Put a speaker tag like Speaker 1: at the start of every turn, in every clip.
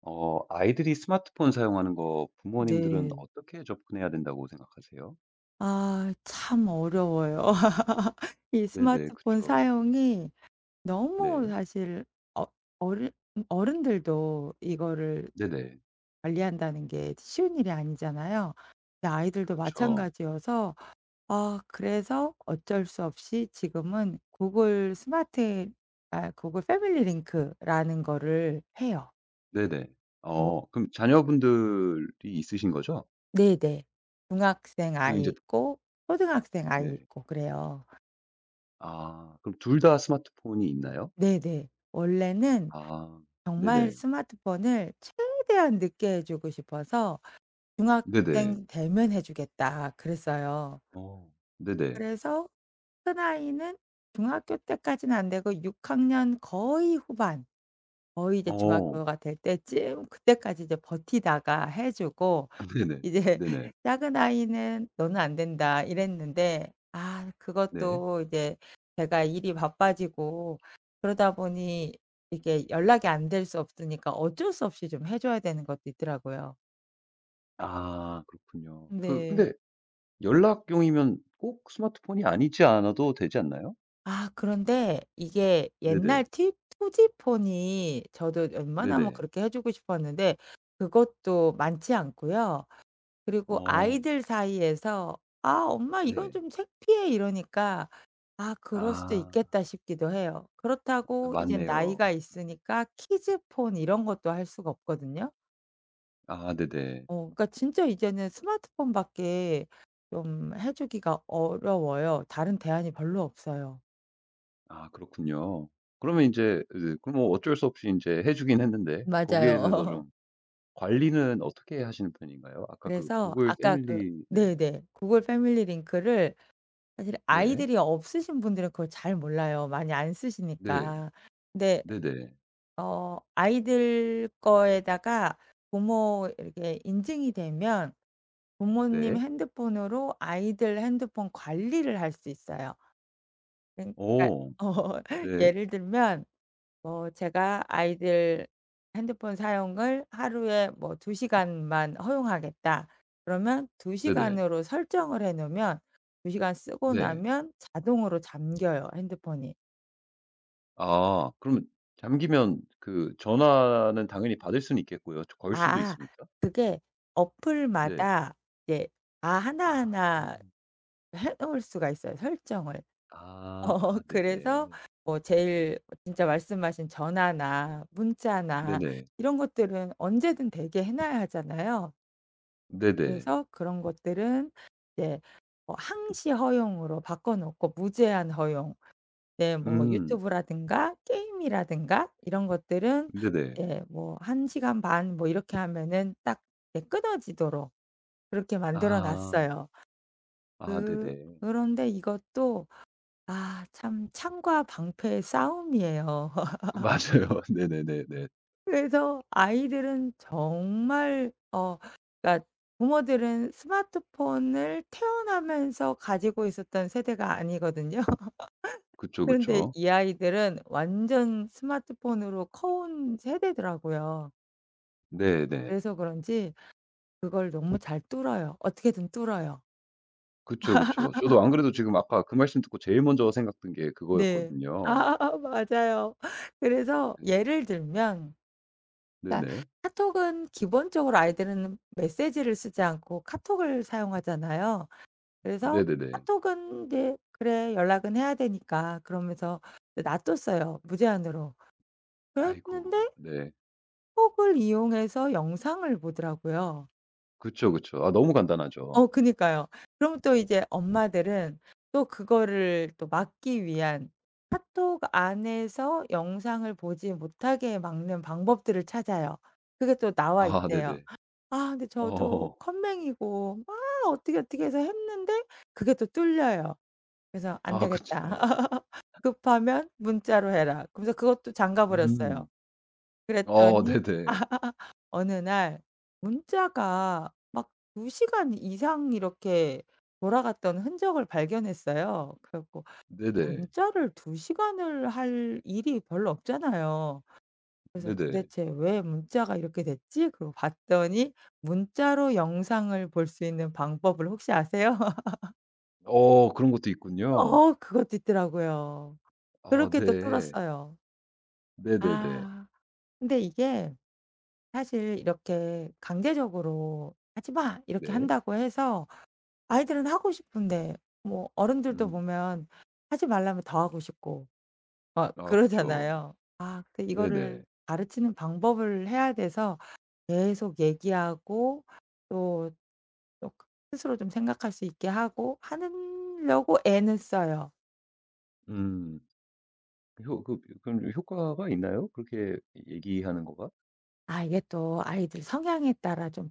Speaker 1: 아이들이 스마트폰 사용하는 거 부모님들은
Speaker 2: 네.
Speaker 1: 어떻게 접근해야 된다고 생각하세요?
Speaker 2: 아 참 어려워요. 이
Speaker 1: 네네,
Speaker 2: 스마트폰
Speaker 1: 그쵸.
Speaker 2: 사용이 너무
Speaker 1: 네.
Speaker 2: 사실 어 어른 어른들도 이거를
Speaker 1: 네네.
Speaker 2: 관리한다는 게 쉬운 일이 아니잖아요. 근데 아이들도
Speaker 1: 그쵸.
Speaker 2: 마찬가지여서 그래서 어쩔 수 없이 지금은 구글 스마트 아 구글 패밀리 링크라는 거를 해요.
Speaker 1: 네네.
Speaker 2: 어
Speaker 1: 그럼 자녀분들이 있으신 거죠?
Speaker 2: 네네. 중학생
Speaker 1: 그리고 이
Speaker 2: 아이
Speaker 1: 제
Speaker 2: 있고 초등학생 아이
Speaker 1: 네.
Speaker 2: 있고 그래요.
Speaker 1: 아, 그럼 둘 다 스마트폰이 있나요?
Speaker 2: 네네. 원래는
Speaker 1: 아,
Speaker 2: 정말
Speaker 1: 네네.
Speaker 2: 스마트폰을 최대한 늦게 해 주고 싶어서
Speaker 1: 네네.
Speaker 2: "중학생 되면 해 주겠다." 그랬어요.
Speaker 1: 어, 네네.
Speaker 2: 그래서 큰아이는 중학교 때까지는 안 되고 6 학년 거의 후반, 거의 이제
Speaker 1: 어.
Speaker 2: 중학교가 될 때쯤 그때까지 이제 버티다가 해 주고,
Speaker 1: 네네.
Speaker 2: 이제
Speaker 1: 네네.
Speaker 2: 작은 아이는 "너는 안 된다." 이랬는데, 아
Speaker 1: 네.
Speaker 2: 그것도 이제 제가 일이 바빠지고 그러다 보니 이게 연락이 안 될 수 없으니까 어쩔 수 없이 좀 해 줘야 되는 것도 있더라고요.
Speaker 1: 아, 그렇군요. 그 근데
Speaker 2: 네.
Speaker 1: 연락용이면 꼭 스마트폰이 아니지 않아도 되지 않나요?
Speaker 2: 아 그런데 이게 옛날
Speaker 1: 네네.
Speaker 2: 티 투지폰이, 저도 웬만하면
Speaker 1: 네네.
Speaker 2: 그렇게 해 주고 싶었는데 그것도 많지 않고요. 그리고
Speaker 1: 어
Speaker 2: 아이들 사이에서 "아 엄마 이건
Speaker 1: 네.
Speaker 2: 좀 창피해." 이러니까 '아 그럴 수도
Speaker 1: 아
Speaker 2: 있겠다.' 싶기도 해요. 그렇다고 이젠
Speaker 1: 맞네요.
Speaker 2: 나이가 있으니까 키즈폰 이런 것도 할 수가 없거든요.
Speaker 1: 아 네네.
Speaker 2: 그러니까 진짜 이제는 스마트폰밖에 좀 해 주기가 어려워요. 다른 대안이 별로 없어요.
Speaker 1: 아 그렇군요. 그러면 이제 으 그럼 뭐 어쩔 수 없이 이제 해 주긴 했는데 거기에 대해서
Speaker 2: 맞아요.
Speaker 1: 좀 관리는 어떻게 하시는 편인가요? 아까 그
Speaker 2: 그래서
Speaker 1: 구글
Speaker 2: 아까 그
Speaker 1: 패밀리 네.
Speaker 2: 네네. 구글 패밀리 링크를, 사실
Speaker 1: 네.
Speaker 2: 아이들이 없으신 분들은 그걸 잘 몰라요, 많이 안
Speaker 1: 네.
Speaker 2: 쓰시니까. 근데
Speaker 1: 네네.
Speaker 2: 아이들 거에다가 부모 이렇게 인증이 되면 부모님
Speaker 1: 네.
Speaker 2: 핸드폰으로 아이들 핸드폰 관리를 할 수 있어요. 그러니까
Speaker 1: 오
Speaker 2: 어
Speaker 1: 네.
Speaker 2: 예를 들면 뭐 제가 아이들 핸드폰 사용을 하루에 뭐 2 시간만 허용하겠다. 그러면 2
Speaker 1: 네네.
Speaker 2: 시간으로 설정을 해 놓으면 2 시간 쓰고
Speaker 1: 네.
Speaker 2: 나면 자동으로 잠겨요, 핸드폰이.
Speaker 1: 아 그러면 잠기면 그 전화는 당연히 받을 수는 있겠고요. 걸 수도
Speaker 2: 아
Speaker 1: 있습니까?
Speaker 2: 그게
Speaker 1: 네.
Speaker 2: 어플마다 이제
Speaker 1: 아.
Speaker 2: 하나하나 해 놓을 수가 있어요, 설정을. 어
Speaker 1: 아 아
Speaker 2: 그래서
Speaker 1: 네네.
Speaker 2: 뭐 제일 진짜 말씀하신 전화나 문자나
Speaker 1: 네네.
Speaker 2: 이런 것들은 언제든 되게 해 놔야 하잖아요.
Speaker 1: 네네.
Speaker 2: 그래서 그런 것들은 이제 뭐 항시 허용으로 바꿔 놓고 무제한 허용, 네 뭐
Speaker 1: 음.
Speaker 2: 유튜브라든가 게임이라든가 이런 것들은
Speaker 1: 네네.
Speaker 2: 예 뭐 한 시간 반 뭐 이렇게 하면은 딱 예 끊어지도록 그렇게 만들어
Speaker 1: 아.
Speaker 2: 놨어요.
Speaker 1: 아
Speaker 2: 그
Speaker 1: 네네.
Speaker 2: 그런데 이것도 아 참 창과 방패의 싸움이에요.
Speaker 1: 맞아요. 네네네네.
Speaker 2: 그래서 아이들은 정말 그러니까 부모들은 스마트폰을 태어나면서 가지고 있었던 세대가 아니거든요.
Speaker 1: 그쵸,
Speaker 2: 그런데
Speaker 1: 그쵸.
Speaker 2: 이 아이들은 완전 스마트폰으로 커온 세대더라고요.
Speaker 1: 네네.
Speaker 2: 그래서 그런지 그걸 너무 잘 뚫어요. 어떻게든 뚫어요.
Speaker 1: 그쵸, 그쵸. 저도 안 그래도 지금 아까 그 말씀 듣고 제일 먼저 생각든 게
Speaker 2: 네.
Speaker 1: 그거였거든요.
Speaker 2: 아 맞아요. 그래서
Speaker 1: 네.
Speaker 2: 예를 들면 그러니까
Speaker 1: 네네.
Speaker 2: 카톡은 기본적으로 아이들은 메시지를 쓰지 않고 카톡을 사용하잖아요. 그래서
Speaker 1: 네네네.
Speaker 2: 카톡은 이제 '그래 연락은 해야 되니까.' 그러면서 놔뒀어요, 무제한으로.
Speaker 1: 아이고.
Speaker 2: 그랬는데
Speaker 1: 네.
Speaker 2: 톡을 이용해서 영상을 보더라고요.
Speaker 1: 그쵸, 그쵸. 아 너무 간단하죠.
Speaker 2: 어 그니까요. 그럼 또 이제 엄마들은 또 그거를 또 막기 위한, 카톡 안에서 영상을 보지 못하게 막는 방법들을 찾아요. 그게 또 나와
Speaker 1: 아
Speaker 2: 있대요.
Speaker 1: 네네.
Speaker 2: 아 근데 저도
Speaker 1: 어.
Speaker 2: 컴맹이고 막 어떻게 해서 했는데 그게 또 뚫려요. 그래서 "안
Speaker 1: 아 그쵸.
Speaker 2: 되겠다. 급하면 문자로 해라." 그러면서 그것도 잠가
Speaker 1: 음.
Speaker 2: 버렸어요.
Speaker 1: 어
Speaker 2: 그랬더니
Speaker 1: 네네.
Speaker 2: 어느 날 문자가 막 2 시간 이상 이렇게 돌아갔던 흔적을 발견했어요. 그래 갖고 네.
Speaker 1: 네네.
Speaker 2: 문자를 2 시간을 할 일이 별로 없잖아요. 그래서
Speaker 1: 네네.
Speaker 2: '도대체 왜 문자가 이렇게 됐지?' 그러고 봤더니 문자로 영상을 볼 수 있는 방법을 혹시 아세요?
Speaker 1: 어 그런 것도 있군요.
Speaker 2: 어 그것도 있더라고요.
Speaker 1: 아
Speaker 2: 그렇게 또
Speaker 1: 네.
Speaker 2: 뚫었어요.
Speaker 1: 네네네.
Speaker 2: 아 근데 이게 사실 이렇게 강제적으로 "하지 마." 이렇게
Speaker 1: 네.
Speaker 2: 한다고 해서, 아이들은 하고 싶은데, 뭐 어른들도
Speaker 1: 음.
Speaker 2: 보면 하지 말라면 더 하고 싶고 막
Speaker 1: 아 그쵸.
Speaker 2: 그러잖아요. 아 근데
Speaker 1: 네네.
Speaker 2: 이거를 가르치는 방법을 해야 돼서 계속 얘기하고 또 또 스스로 좀 생각할 수 있게 하고 하려고 애는 써요.
Speaker 1: 음. 효 그 그럼 효과가 있나요? 그렇게 얘기하는 거가?
Speaker 2: 아 이게 또 아이들 성향에 따라 좀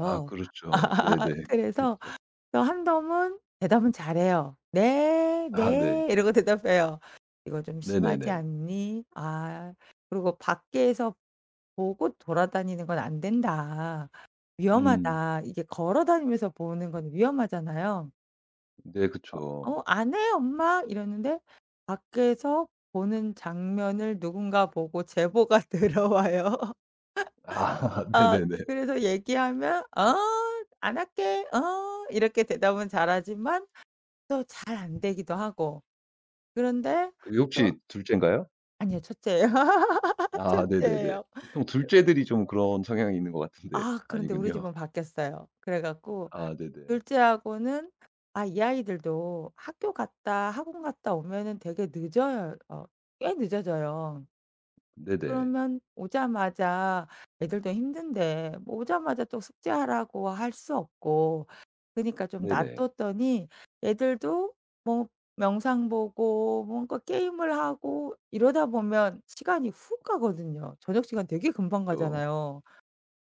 Speaker 1: 아 그렇죠. 네네.
Speaker 2: 그래서
Speaker 1: 그렇겠죠.
Speaker 2: 그래서 한덤은 대답은 잘해요. "네.
Speaker 1: 아 네.
Speaker 2: 네." 이러고 대답해요. "이거 좀 심하지
Speaker 1: 네네네.
Speaker 2: 않니? 아 그리고 밖에서 보고 돌아다니는 건 안 된다.
Speaker 1: 음.
Speaker 2: 위험하다." 이게 걸어 다니면서 보는 건 위험하잖아요.
Speaker 1: 네
Speaker 2: 어
Speaker 1: 그쵸.
Speaker 2: "어 안 해 엄마." 이러는데 밖에서 보는 장면을 누군가 보고 제보가 들어와요.
Speaker 1: 아
Speaker 2: 아
Speaker 1: 네네네.
Speaker 2: 그래서 얘기하면 "어 안 할게. 어." 이렇게 대답은 잘하지만 또 잘 안 되기도 하고. 그런데
Speaker 1: 그게
Speaker 2: 또
Speaker 1: 혹시 둘 째인가요?
Speaker 2: 아니요. 첫째예요.
Speaker 1: 아 네네네.
Speaker 2: 첫째예요.
Speaker 1: 보통 둘 째들이 좀 그런 성향이 있는 것 같은데
Speaker 2: 아 그런데 우리
Speaker 1: 아니군요.
Speaker 2: 집은 바뀌었어요. 그래 갖고
Speaker 1: 아 네네.
Speaker 2: 둘째하고는, 아 이 아이들도 학교 갔다 학원 갔다 오면은 되게 늦어요. 어 꽤 늦어져요.
Speaker 1: 네네.
Speaker 2: 그러면 오자마자 애들도 힘든데 뭐 오자마자 또 숙제하라고 할 수 없고, 그니까 러좀
Speaker 1: 네네.
Speaker 2: 놔뒀더니 애들도 뭐 명상 보고 뭔가 게임을 하고 이러다 보면 시간이 훅 가거든요. 저녁 시간 되게 금방
Speaker 1: 그쵸.
Speaker 2: 가잖아요.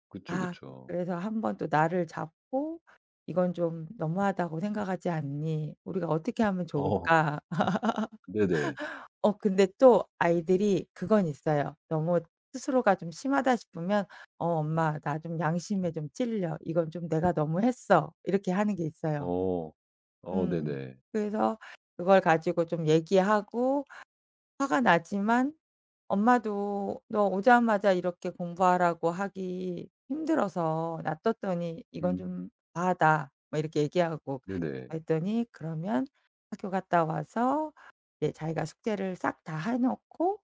Speaker 1: 그쵸,
Speaker 2: 아
Speaker 1: 그쵸.
Speaker 2: 그래서 한번 또 나를 잡고 '이건 좀 너무하다고 생각하지 않니? 우리가 어떻게 하면
Speaker 1: 어
Speaker 2: 좋을까?'
Speaker 1: 네네.
Speaker 2: 어 근데 또 아이들이 그건 있어요. 너무 스스로가 좀 심하다 싶으면 "어 엄마 나 좀 양심에 좀 찔려. 이건 좀 내가 너무 했어." 이렇게 하는 게 있어요.
Speaker 1: 어. 어
Speaker 2: 음.
Speaker 1: 네네.
Speaker 2: 그래서 그걸 가지고 좀 얘기하고, 화가 나지만 엄마도 "너 오자마자 이렇게 공부하라고 하기 힘들어서 놔뒀더니 이건
Speaker 1: 음.
Speaker 2: 좀 과하다." 뭐 이렇게 얘기하고,
Speaker 1: 네네.
Speaker 2: 그랬더니 "그러면 학교 갔다 와서 이제 자기가 숙제를 싹 다 해 놓고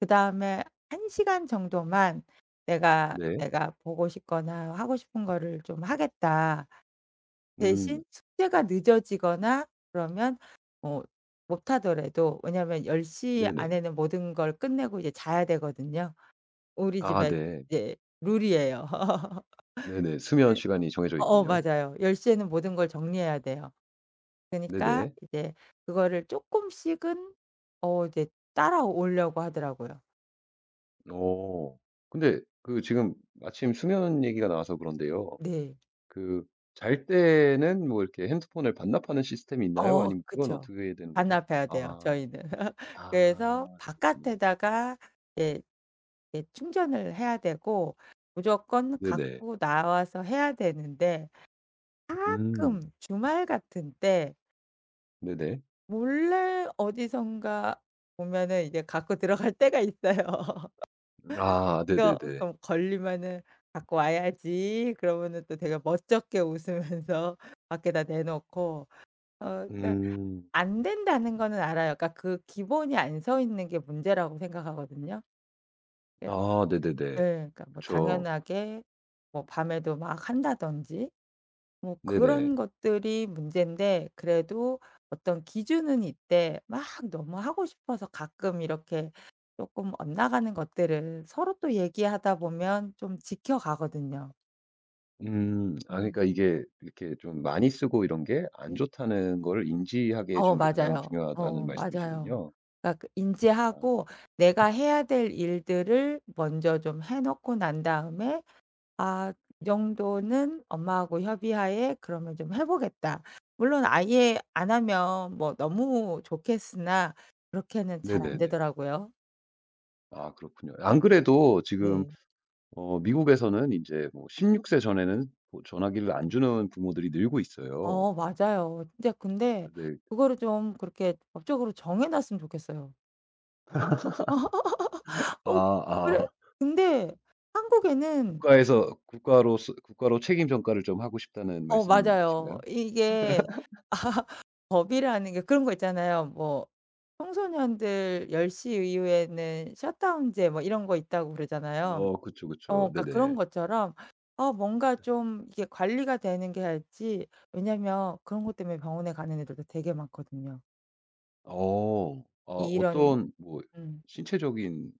Speaker 2: 그다음에 한 시간 정도만 내가
Speaker 1: 네.
Speaker 2: 내가 보고 싶거나 하고 싶은 거를 좀 하겠다."
Speaker 1: 음.
Speaker 2: 대신 숙제가 늦어지거나 그러면 어 못 하더라도, 왜냐하면 10
Speaker 1: 네네.
Speaker 2: 안에는 모든 걸 끝내고 이제 자야 되거든요. 우리
Speaker 1: 아
Speaker 2: 집에
Speaker 1: 네.
Speaker 2: 이제 룰이에요.
Speaker 1: 네네. 수면
Speaker 2: 그
Speaker 1: 시간이 정해져
Speaker 2: 어어
Speaker 1: 있군요.
Speaker 2: 맞아요. 10 에는 모든 걸 정리해야 돼요. 그니까
Speaker 1: 네네.
Speaker 2: 러 이제 그거를 쪼끔씩은 이제 따라오려고 하더라고요.
Speaker 1: 어. 근데 그 지금 마침 수면 얘기가 나와서 그런데요.
Speaker 2: 네.
Speaker 1: 그 잘 때는 뭐 이렇게 핸드폰을 반납하는 시스템이 있나요?
Speaker 2: 어
Speaker 1: 아니면 그건
Speaker 2: 그쵸.
Speaker 1: 어떻게 되는 거죠?
Speaker 2: 반납해야 돼요,
Speaker 1: 아.
Speaker 2: 저희는.
Speaker 1: 아
Speaker 2: 그래서
Speaker 1: 그렇군요.
Speaker 2: 바깥에다가 예 이제 충전을 해야 되고 무조건
Speaker 1: 네네.
Speaker 2: 갖고 나와서 해야 되는데, 가끔
Speaker 1: 음.
Speaker 2: 주말 같은 때
Speaker 1: 네네.
Speaker 2: 몰래 어디선가 보면은 이제 갖고 들어갈 때가 있어요.
Speaker 1: 아
Speaker 2: 그래
Speaker 1: 네네네.
Speaker 2: 그럼 걸리면은 '갖고 와야지.' 그러면은 또 되게 멋쩍게 웃으면서 밖에다 내놓고. 어 그러니까
Speaker 1: 음.
Speaker 2: 안 된다는 거는 알아요. 그러니까 그 기본이 안 서 있는 게 문제라고 생각하거든요. 예. 예.
Speaker 1: 아 네네네.
Speaker 2: 그러니까 뭐
Speaker 1: 그쵸.
Speaker 2: 당연하게 뭐 밤에도 막 한다든지 뭐
Speaker 1: 네네.
Speaker 2: 그런 것들이 문제인데, 그래도 어떤 기준은 있대 막. 너무 하고 싶어서 가끔 이렇게 조금 엇나가는 것들을 서로 또 얘기하다 보면 좀 지켜가거든요.
Speaker 1: 음. 아
Speaker 2: 음.
Speaker 1: 그러니까 이게 이렇게 좀 많이 쓰고 이런 게 안
Speaker 2: 음
Speaker 1: 좋다는 거를 인지하게 해 주는 게 가장
Speaker 2: 맞아요.
Speaker 1: 중요하다는
Speaker 2: 어 맞아요.
Speaker 1: 말씀이시군요.
Speaker 2: 그러니까 그
Speaker 1: 아
Speaker 2: 인지하고 내가 해야 될 일들을 먼저 좀 해 놓고 난 다음에 아 이 정도는 엄마하고 협의하에 그러면 좀 해 보겠다. 물론 아예 안 하면 뭐 너무 좋겠으나 그렇게는 잘 안
Speaker 1: 네네네.
Speaker 2: 되더라고요.
Speaker 1: 아 그렇군요. 안 그래도 지금
Speaker 2: 네.
Speaker 1: 어 미국에서는 이제뭐 16세 전에는 뭐 전화기를 안 주는 부모들이 늘고 있어요.
Speaker 2: 어 맞아요. 진짜 근데
Speaker 1: 네.
Speaker 2: 그거를 좀 그렇게 법적으로 정해 놨으면 좋겠어요. 어
Speaker 1: 아
Speaker 2: 그래
Speaker 1: 아.
Speaker 2: 근데 한국에는
Speaker 1: 국가에서 국가로 국가로 책임 전가를 좀 하고 싶다는
Speaker 2: 어 맞아요.
Speaker 1: 말씀이신가요?
Speaker 2: 이게 법이라는 게 그런 거 있잖아요. 뭐 청소년들 10시 이후에는 셧다운제 뭐 이런 거 있다고 그러잖아요.
Speaker 1: 어 그쵸, 그쵸.
Speaker 2: 그러니까 그런
Speaker 1: 네네.
Speaker 2: 것처럼 뭔가 좀 이게 관리가 되는 게 할지, 왜냐면 그런 것 때문에 병원에 가는 애들도 되게 많거든요.
Speaker 1: 어. 아
Speaker 2: 이런
Speaker 1: 어떤 뭐
Speaker 2: 음.
Speaker 1: 신체적인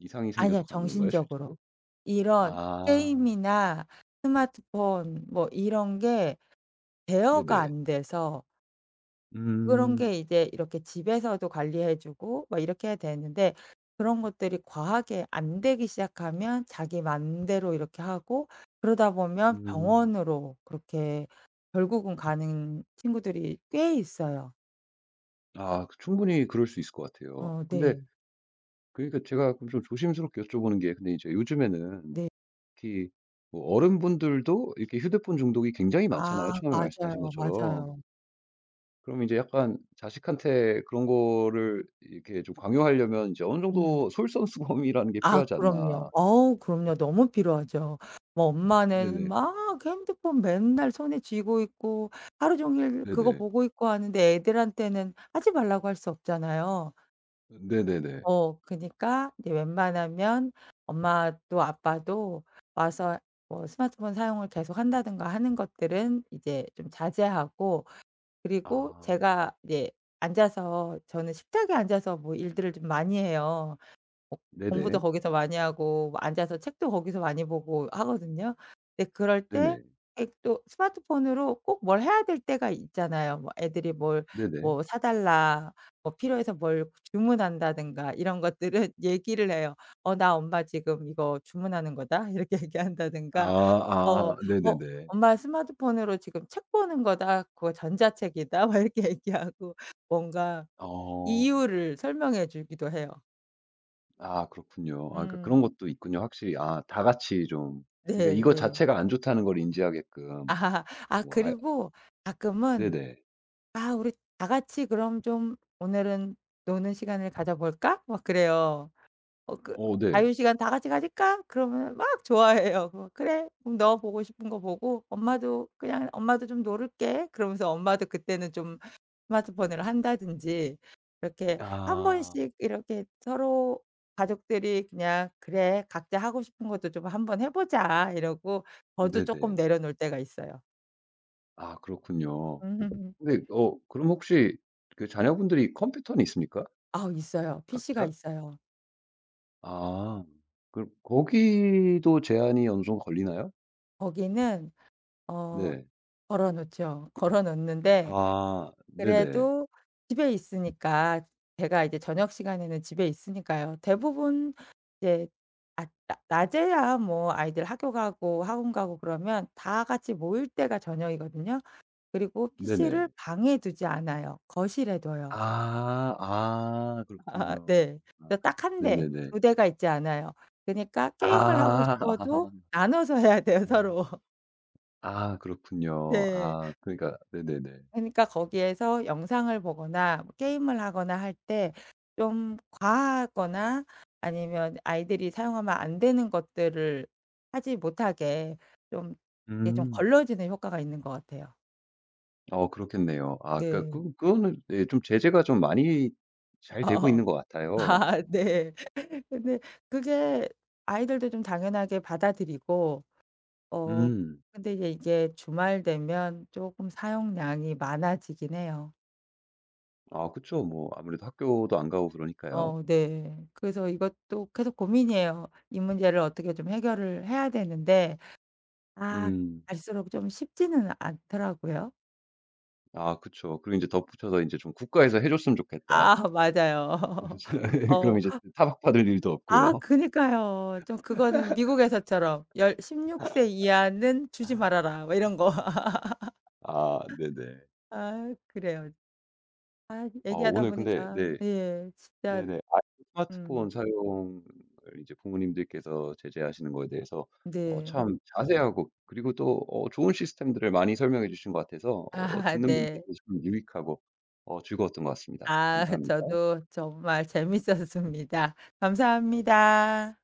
Speaker 1: 이상이
Speaker 2: 아니야,
Speaker 1: 생겨서 가는 건가요
Speaker 2: 정신적으로.
Speaker 1: 실제로?
Speaker 2: 이런
Speaker 1: 아
Speaker 2: 게임이나 스마트폰 뭐 이런 게대어가
Speaker 1: 네네.
Speaker 2: 안 돼서, 그런
Speaker 1: 음.
Speaker 2: 게 이제 이렇게 집에서도 관리해 주고 막 이렇게 해야 되는데 그런 것들이 과하게 안 되기 시작하면 자기 맘대로 이렇게 하고 그러다 보면
Speaker 1: 음.
Speaker 2: 병원으로 그렇게 결국은 가는 친구들이 꽤 있어요.
Speaker 1: 아 그 충분히 그럴 수 있을 것 같아요.
Speaker 2: 어
Speaker 1: 근데
Speaker 2: 네.
Speaker 1: 그러니까 제가 그럼 좀 조심스럽게 여쭤보는 게 근데 이제 요즘에는
Speaker 2: 네.
Speaker 1: 특히 뭐 어른분들도 이렇게 휴대폰 중독이 굉장히 많잖아요
Speaker 2: 아
Speaker 1: 처음에 말씀하신
Speaker 2: 맞아요,
Speaker 1: 것처럼.
Speaker 2: 맞아요.
Speaker 1: 그럼 이제 약간 자식한테 그런 거를 이렇게 좀 강요하려면 이제 어느
Speaker 2: 음.
Speaker 1: 정도 솔선수범이라는 게
Speaker 2: 아
Speaker 1: 필요하지
Speaker 2: 그럼요.
Speaker 1: 않나.
Speaker 2: 어우 그럼요. 너무 필요하죠. 뭐 엄마는
Speaker 1: 네네.
Speaker 2: 막 핸드폰 맨날 손에 쥐고 있고 하루 종일 그거
Speaker 1: 네네.
Speaker 2: 보고 있고 하는데 애들한테는 하지 말라고 할 수 없잖아요.
Speaker 1: 네네네.
Speaker 2: 그니까 이제 웬만하면 엄마도 아빠도 와서 뭐 스마트폰 사용을 계속한다든가 하는 것들은 이제 좀 자제하고, 그리고
Speaker 1: 아.
Speaker 2: 제가 이제 앉아서, 저는 식탁에 앉아서 뭐 일들을 좀 많이 해요. 어 공부도
Speaker 1: 네네.
Speaker 2: 거기서 많이 하고 뭐 앉아서 책도 거기서 많이 보고 하거든요. 근데 그럴 때
Speaker 1: 네네.
Speaker 2: 예 또 스마트폰으로 꼭 뭘 해야 될 때가 있잖아요. 뭐 애들이 뭘,
Speaker 1: 네네.
Speaker 2: 뭐 "사 달라." 뭐 필요해서 뭘 주문한다든가 이런 것들은 얘기를 해요. "어 나 엄마 지금 이거 주문하는 거다." 이렇게
Speaker 1: 아
Speaker 2: 얘기한다든가 어
Speaker 1: 아
Speaker 2: 뭐
Speaker 1: 네네네.
Speaker 2: "엄마 스마트폰으로 지금 책 보는 거다. 그거 전자책이다." 막 이렇게 얘기하고 뭔가
Speaker 1: 어.
Speaker 2: 이유를 설명해 주기도 해요.
Speaker 1: 아 그렇군요. 아 그러니까 그런
Speaker 2: 음.
Speaker 1: 것도 있군요. 확실히 아 다 같이 좀
Speaker 2: 네.
Speaker 1: 그러니까 이거
Speaker 2: 예.
Speaker 1: 자체가 안 좋다는 걸 인지하게끔
Speaker 2: 아. 아
Speaker 1: 뭐 아
Speaker 2: 그리고 가끔은
Speaker 1: 네네.
Speaker 2: '아 우리 다 같이 그럼 좀 오늘은 노는 시간을 가져볼까?' 막 그래요. 어 그
Speaker 1: 어 네.
Speaker 2: "자유 시간 다 같이 가질까?" 그러면 막 좋아해요. 그럼 "그래. 그럼 너 보고 싶은 거 보고 엄마도 그냥 엄마도 좀 놀을게." 그러면서 엄마도 그때는 좀 스마트폰으로 한다든지, 이렇게 한
Speaker 1: 아.
Speaker 2: 번씩 이렇게 서로 가족들이 그냥 "그래 각자 하고 싶은 것도 좀 한번 해 보자." 이러고 저도 쪼끔
Speaker 1: 네네.
Speaker 2: 내려놓을 때가 있어요.
Speaker 1: 아 그렇군요.
Speaker 2: 음.
Speaker 1: 근데 어 그럼 혹시 그 자녀분들이 컴퓨터는 있습니까?
Speaker 2: 아 있어요. PC가
Speaker 1: 각자?
Speaker 2: 있어요.
Speaker 1: 아. 그럼 거기도 제한이 어느 정도 걸리나요?
Speaker 2: 거기는 어
Speaker 1: 네.
Speaker 2: 걸어 놓죠. 걸어 놓는데
Speaker 1: 아 네네.
Speaker 2: 그래도 집에 있으니까, 제가 이제 저녁 시간에는 집에 있으니까요 대부분. 이제 아 낮 낮에야 뭐 아이들 학교 가고 학원 가고 그러면 다 같이 모일 때가 저녁이거든요. 그리고 PC를
Speaker 1: 네네.
Speaker 2: 방에 두지 않아요. 거실에 둬요.
Speaker 1: 아. 아 그렇군요.
Speaker 2: 네.
Speaker 1: 아
Speaker 2: 딱 한 대,
Speaker 1: 네네네.
Speaker 2: 두 대가 있지 않아요. 그니까 러 게임을 하고
Speaker 1: 아.
Speaker 2: 싶어도 나눠서 해야 돼요, 서로.
Speaker 1: 아 그렇군요.
Speaker 2: 네.
Speaker 1: 아 그러니까 네네네.
Speaker 2: 그러니까 거기에서 영상을 보거나 뭐 게임을 하거나 할 때 좀 과하거나 아니면 아이들이 사용하면 안 되는 것들을 하지 못하게 좀 이게 좀
Speaker 1: 음.
Speaker 2: 걸러지는 효과가 있는 것 같아요.
Speaker 1: 어 그렇겠네요. 아 그러니까
Speaker 2: 네.
Speaker 1: 그 그거는 예 좀 제재가 좀 많이 잘 되고
Speaker 2: 어어.
Speaker 1: 있는 것 같아요.
Speaker 2: 아 네. 근데 그게 아이들도 좀 당연하게 받아들이고, 어
Speaker 1: 음.
Speaker 2: 근데 이제 이게 주말 되면 쪼금 사용량이 많아지긴 해요.
Speaker 1: 아 그쵸. 뭐 아무래도 학교도 안 가고 그러니까요.
Speaker 2: 어 네. 그래서 이것도 계속 고민이에요. 이 문제를 어떻게 좀 해결을 해야 되는데 아
Speaker 1: 음.
Speaker 2: 갈수록 좀 쉽지는 않더라고요.
Speaker 1: 아 그쵸. 그리고 이제 덧붙여서 이제 좀 '국가에서 해 줬으면 좋겠다.'
Speaker 2: 아 맞아요.
Speaker 1: 그럼
Speaker 2: 어
Speaker 1: 이제 타박받을 일도 없고요.
Speaker 2: 그니까요. 좀 그거는 미국에서처럼 열 16세 이하는 주지 말아라 뭐 이런 거.
Speaker 1: 아 네네.
Speaker 2: 아 그래요. 아
Speaker 1: 어
Speaker 2: 얘기하다
Speaker 1: 오늘 근데
Speaker 2: 보니까
Speaker 1: 네.
Speaker 2: 예 진짜
Speaker 1: 네네. 아이 스마트폰
Speaker 2: 음
Speaker 1: 사용을 이제 부모님들께서 제재하시는 거에 대해서 어
Speaker 2: 네.
Speaker 1: 참 자세하고 그리고 또 어 좋은 시스템들을 많이 설명해 주신 것 같아서 어
Speaker 2: 아
Speaker 1: 듣는
Speaker 2: 네.
Speaker 1: 분들도 좀 유익하고 어 즐거웠던 것 같습니다.
Speaker 2: 아
Speaker 1: 감사합니다.
Speaker 2: 저도 정말 재밌었습니다. 감사합니다.